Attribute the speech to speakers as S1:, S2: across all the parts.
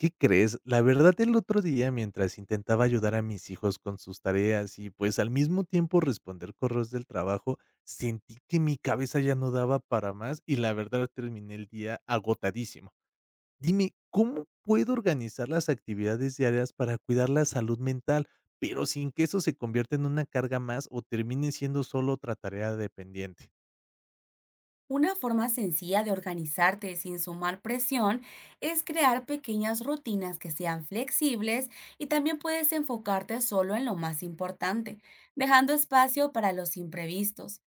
S1: ¿Qué crees? La verdad, el otro día, mientras intentaba ayudar a mis hijos con sus tareas y pues al mismo tiempo responder correos del trabajo, sentí que mi cabeza ya no daba para más y la verdad terminé el día agotadísimo. Dime, ¿cómo puedo organizar las actividades diarias para cuidar la salud mental, pero sin que eso se convierta en una carga más o termine siendo solo otra tarea dependiente?
S2: Una forma sencilla de organizarte sin sumar presión es crear pequeñas rutinas que sean flexibles y también puedes enfocarte solo en lo más importante, dejando espacio para los imprevistos.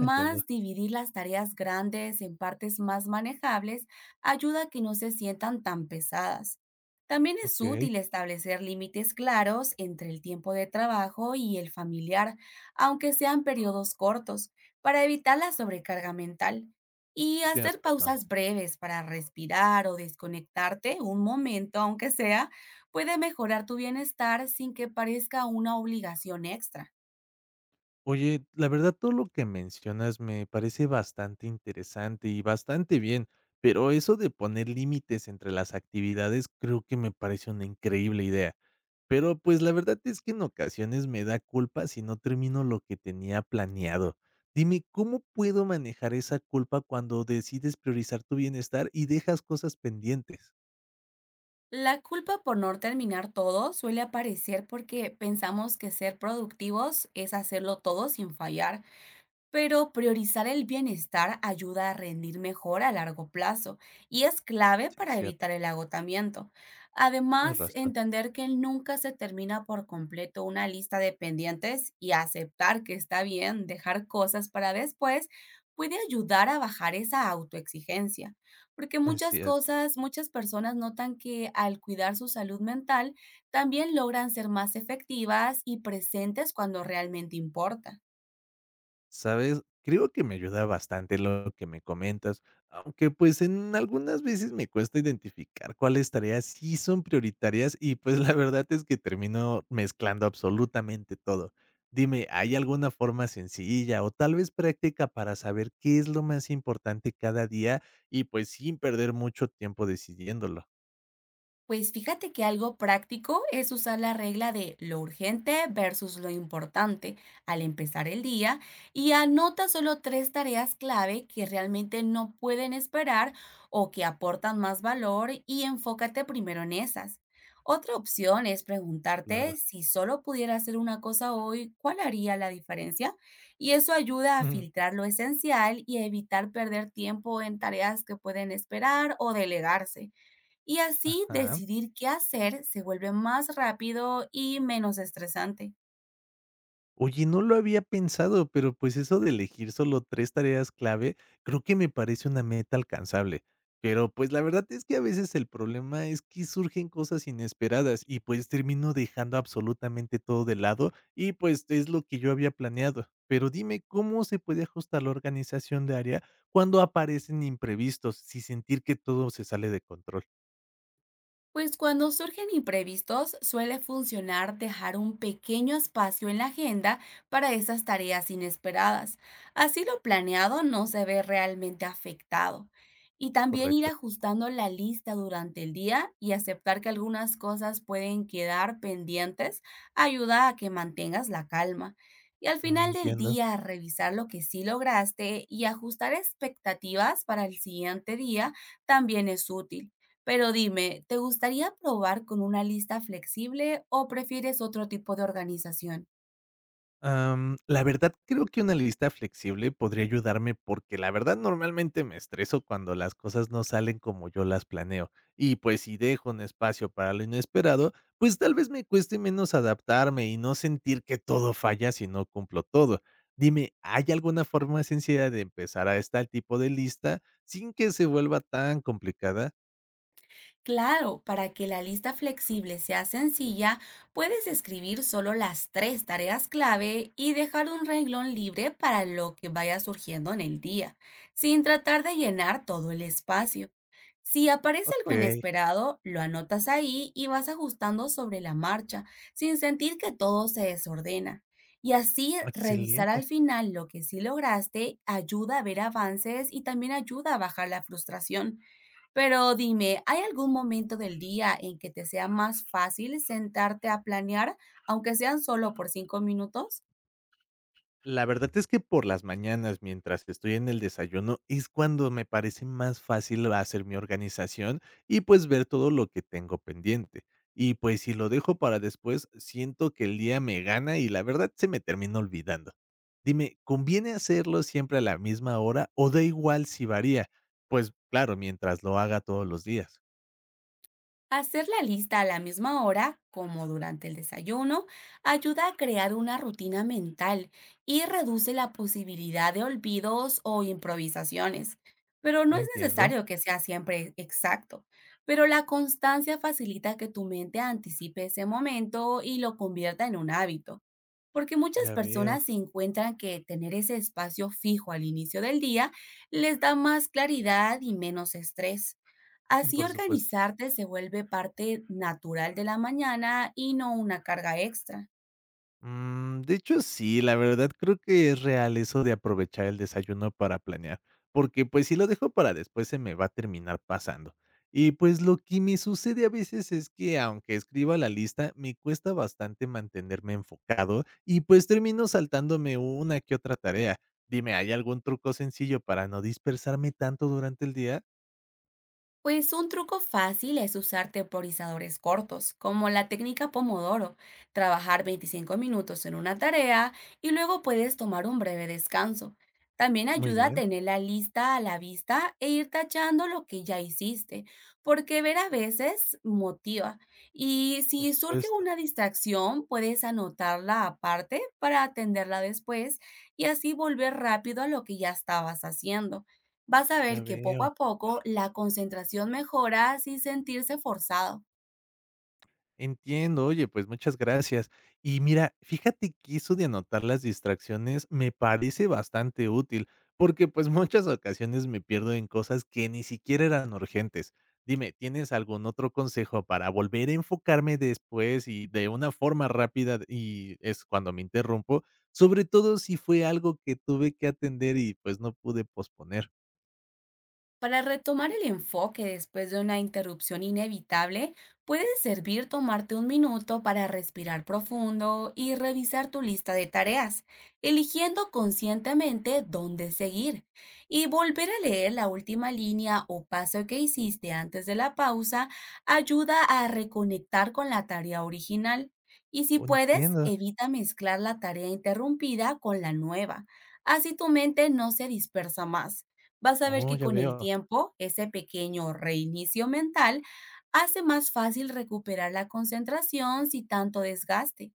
S1: Entiendo.
S2: dividir las tareas grandes en partes más manejables ayuda a que no se sientan tan pesadas. También es
S1: Ok,
S2: útil establecer límites claros entre el tiempo de trabajo y el familiar, aunque sean periodos cortos, para evitar la sobrecarga mental, y
S1: sí tienes
S2: hacer
S1: razón.
S2: pausas breves para respirar o desconectarte un momento, aunque sea, puede mejorar tu bienestar sin que parezca una obligación extra.
S1: Oye, la verdad, todo lo que mencionas me parece bastante interesante y bastante bien, pero eso de poner límites entre las actividades creo que me parece una increíble idea. Pero pues la verdad es que en ocasiones me da culpa si no termino lo que tenía planeado. Dime, ¿cómo puedo manejar esa culpa cuando decides priorizar tu bienestar y dejas cosas pendientes?
S2: La culpa por no terminar todo suele aparecer porque pensamos que ser productivos es hacerlo todo sin fallar. Pero priorizar el bienestar ayuda a rendir mejor a largo plazo y es clave
S1: Sí, es
S2: para
S1: cierto,
S2: evitar el agotamiento.
S1: tienes
S2: Además,
S1: razón.
S2: entender que nunca se termina por completo una lista de pendientes y aceptar que está bien dejar cosas para después puede ayudar a bajar esa autoexigencia, porque
S1: Es cierto.
S2: muchas personas notan que, al cuidar su salud mental, también logran ser más efectivas y presentes cuando realmente importa.
S1: ¿Sabes? Creo que me ayuda bastante lo que me comentas, aunque pues en algunas veces me cuesta identificar cuáles tareas sí son prioritarias y pues la verdad es que termino mezclando absolutamente todo. Dime, ¿hay alguna forma sencilla o tal vez práctica para saber qué es lo más importante cada día y pues sin perder mucho tiempo decidiéndolo?
S2: Pues fíjate que algo práctico es usar la regla de lo urgente versus lo importante al empezar el día, y anota solo tres tareas clave que realmente no pueden esperar o que aportan más valor, y enfócate primero en esas. Otra opción es
S1: Claro.
S2: preguntarte: si solo pudiera hacer una cosa hoy, ¿cuál haría la diferencia? Y eso ayuda a
S1: Ujú.
S2: filtrar lo esencial y a evitar perder tiempo en tareas que pueden esperar o delegarse, y así
S1: Ajá.
S2: decidir qué hacer se vuelve más rápido y menos estresante.
S1: Oye, no lo había pensado, pero pues eso de elegir solo 3 tareas clave, creo que me parece una meta alcanzable. Pero pues la verdad es que a veces el problema es que surgen cosas inesperadas y pues termino dejando absolutamente todo de lado y pues es lo que yo había planeado. Pero dime, ¿cómo se puede ajustar la organización de área cuando aparecen imprevistos sin sentir que todo se sale de control?
S2: Pues cuando surgen imprevistos, suele funcionar dejar un pequeño espacio en la agenda para esas tareas inesperadas. Así lo planeado no se ve realmente afectado. Y
S1: Es
S2: también ir
S1: correcto.
S2: ajustando la lista durante el día y aceptar que algunas cosas pueden quedar pendientes ayuda a que mantengas la calma. Y al
S1: Mm,
S2: final del
S1: entiendo.
S2: día, revisar lo que sí lograste y ajustar expectativas para el siguiente día también es útil. Pero dime, ¿te gustaría probar con una lista flexible o prefieres otro tipo de organización?
S1: La verdad creo que una lista flexible podría ayudarme porque la verdad normalmente me estreso cuando las cosas no salen como yo las planeo. Y pues si dejo un espacio para lo inesperado, pues tal vez me cueste menos adaptarme y no sentir que todo falla si no cumplo todo. Dime, ¿hay alguna forma sencilla de empezar a este tipo de lista sin que se vuelva tan complicada?
S2: Claro, para que la lista flexible sea sencilla, puedes escribir solo las tres tareas clave y dejar un renglón libre para lo que vaya surgiendo en el día, sin tratar de llenar todo el espacio. Si aparece
S1: Ok,
S2: algo inesperado, lo anotas ahí y vas ajustando sobre la marcha, sin sentir que todo se desordena. Y así, revisar
S1: excelente.
S2: al final lo que sí lograste ayuda a ver avances y también ayuda a bajar la frustración. Pero dime, ¿hay algún momento del día en que te sea más fácil sentarte a planear, aunque sean solo por 5 minutos?
S1: La verdad es que por las mañanas, mientras estoy en el desayuno, es cuando me parece más fácil hacer mi organización y pues ver todo lo que tengo pendiente. Y pues si lo dejo para después, siento que el día me gana y la verdad se me termina olvidando. Dime, ¿conviene hacerlo siempre a la misma hora o da igual si varía? Pues claro, mientras lo haga todos los días.
S2: Hacer la lista a la misma hora, como durante el desayuno, ayuda a crear una rutina mental y reduce la posibilidad de olvidos o improvisaciones. Pero no es
S1: Entiendo,
S2: necesario que sea siempre exacto, pero la constancia facilita que tu mente anticipe ese momento y lo convierta en un hábito. Porque muchas
S1: ya veo,
S2: personas se encuentran que tener ese espacio fijo al inicio del día les da más claridad y menos estrés. Así
S1: por supuesto.
S2: organizarte se vuelve parte natural de la mañana y no una carga extra.
S1: De hecho, sí, la verdad creo que es real eso de aprovechar el desayuno para planear, porque pues si lo dejo para después se me va a terminar pasando. Y pues lo que me sucede a veces es que aunque escriba la lista, me cuesta bastante mantenerme enfocado y pues termino saltándome una que otra tarea. Dime, ¿hay algún truco sencillo para no dispersarme tanto durante el día?
S2: Pues un truco fácil es usar temporizadores cortos, como la técnica Pomodoro: trabajar 25 minutos en una tarea y luego puedes tomar un breve descanso. También
S1: Muy
S2: ayuda a
S1: bien,
S2: tener la lista a la vista e ir tachando lo que ya hiciste, porque ver a veces motiva. Y
S1: por
S2: si surge
S1: supuesto,
S2: una distracción, puedes anotarla aparte para atenderla después, y así volver rápido a lo que ya estabas haciendo. Vas a
S1: ya
S2: ver que poco
S1: veo.
S2: a poco la concentración mejora sin sentirse forzado.
S1: Entiendo, oye, pues muchas gracias. Y mira, fíjate que eso de anotar las distracciones me parece bastante útil, porque pues muchas ocasiones me pierdo en cosas que ni siquiera eran urgentes. Dime, ¿tienes algún otro consejo para volver a enfocarme después y de una forma rápida y es cuando me interrumpo? Sobre todo si fue algo que tuve que atender y pues no pude posponer.
S2: Para retomar el enfoque después de una interrupción inevitable, puede servir tomarte un minuto para respirar profundo y revisar tu lista de tareas, eligiendo conscientemente dónde seguir. Y volver a leer la última línea o paso que hiciste antes de la pausa ayuda a reconectar con la tarea original. Y si
S1: Oh,
S2: puedes,
S1: entiendo.
S2: evita mezclar la tarea interrumpida con la nueva. Así tu mente no se dispersa más, vas a ver
S1: Oh,
S2: que
S1: ya
S2: con el
S1: veo.
S2: tiempo ese pequeño reinicio mental hace más fácil recuperar la concentración sin tanto desgaste.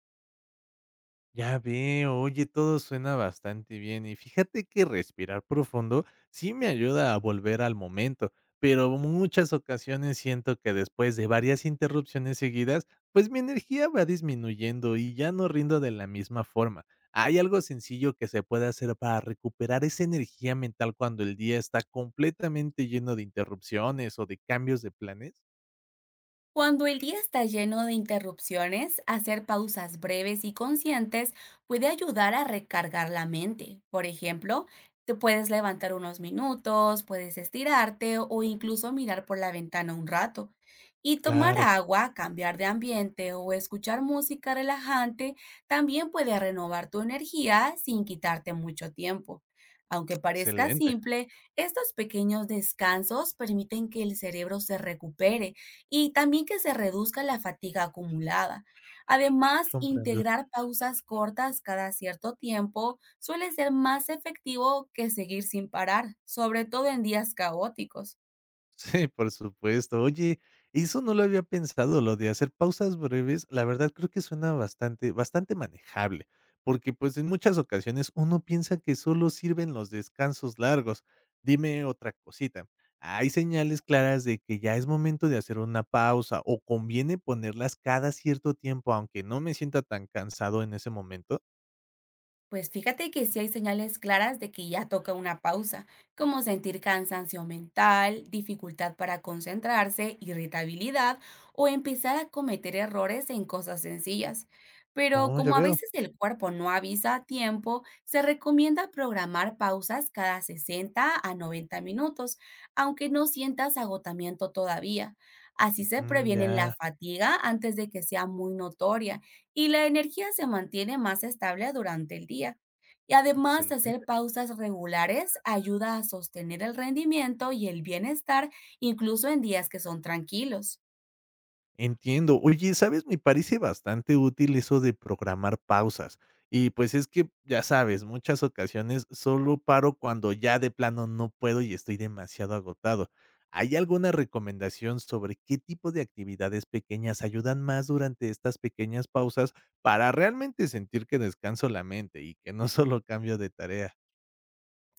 S1: Ya veo, oye, todo suena bastante bien y fíjate que respirar profundo sí me ayuda a volver al momento, pero muchas ocasiones siento que después de varias interrupciones seguidas, pues mi energía va disminuyendo y ya no rindo de la misma forma. ¿Hay algo sencillo que se pueda hacer para recuperar esa energía mental cuando el día está completamente lleno de interrupciones o de cambios de planes?
S2: Cuando el día está lleno de interrupciones, hacer pausas breves y conscientes puede ayudar a recargar la mente. Por ejemplo, te puedes levantar unos minutos, puedes estirarte o incluso mirar por la ventana un rato. Y tomar
S1: Claro,
S2: agua, cambiar de ambiente o escuchar música relajante también puede renovar tu energía sin quitarte mucho tiempo. Aunque parezca
S1: excelente,
S2: simple, estos pequeños descansos permiten que el cerebro se recupere y también que se reduzca la fatiga acumulada. Además,
S1: comprendo.
S2: integrar pausas cortas cada cierto tiempo suele ser más efectivo que seguir sin parar, sobre todo en días caóticos.
S1: Sí, por supuesto. Oye, eso no lo había pensado, lo de hacer pausas breves, la verdad creo que suena bastante, bastante manejable, porque pues en muchas ocasiones uno piensa que solo sirven los descansos largos. Dime otra cosita. ¿Hay señales claras de que ya es momento de hacer una pausa o conviene ponerlas cada cierto tiempo, aunque no me sienta tan cansado en ese momento?
S2: Pues fíjate que sí hay señales claras de que ya toca una pausa, como sentir cansancio mental, dificultad para concentrarse, irritabilidad o empezar a cometer errores en cosas sencillas. Pero
S1: Oh, ya
S2: como a
S1: veo.
S2: veces el cuerpo no avisa a tiempo, se recomienda programar pausas cada 60 a 90 minutos, aunque no sientas agotamiento todavía. Así se
S1: Ujú,
S2: previene la
S1: ya,
S2: fatiga antes de que sea muy notoria y la energía se mantiene más estable durante el día. Y además, hacer
S1: excelente.
S2: pausas regulares ayuda a sostener el rendimiento y el bienestar incluso en días que son tranquilos.
S1: Entiendo. Oye, ¿sabes? Me parece bastante útil eso de programar pausas. Y pues es que, ya sabes, muchas ocasiones solo paro cuando ya de plano no puedo y estoy demasiado agotado. ¿Hay alguna recomendación sobre qué tipo de actividades pequeñas ayudan más durante estas pequeñas pausas para realmente sentir que descanso la mente y que no solo cambio de tarea?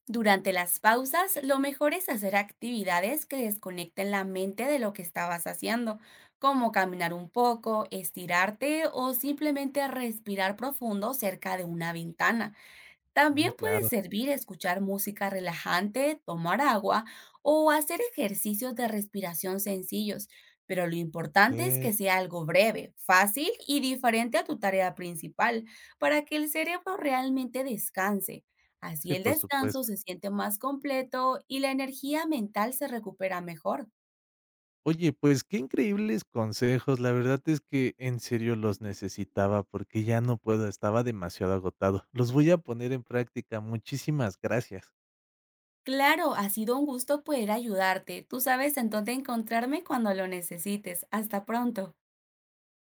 S2: Durante las pausas, lo mejor es hacer actividades que desconecten la mente de lo que estabas haciendo, como caminar un poco, estirarte o simplemente respirar profundo cerca de una ventana.
S1: Mm,
S2: También puede
S1: claro.
S2: servir escuchar música relajante, tomar agua o hacer ejercicios de respiración sencillos, pero lo importante es que
S1: Eh,
S2: sea algo breve, fácil y diferente a tu tarea principal, para que el cerebro realmente descanse. Así
S1: sí,
S2: el
S1: por
S2: descanso
S1: supuesto.
S2: se siente más completo y la energía mental se recupera mejor.
S1: Oye, pues qué increíbles consejos. La verdad es que en serio los necesitaba porque ya no puedo, estaba demasiado agotado. Los voy a poner en práctica. Muchísimas gracias.
S2: Claro, ha sido un gusto poder ayudarte. Tú sabes en dónde encontrarme cuando lo necesites. Hasta pronto.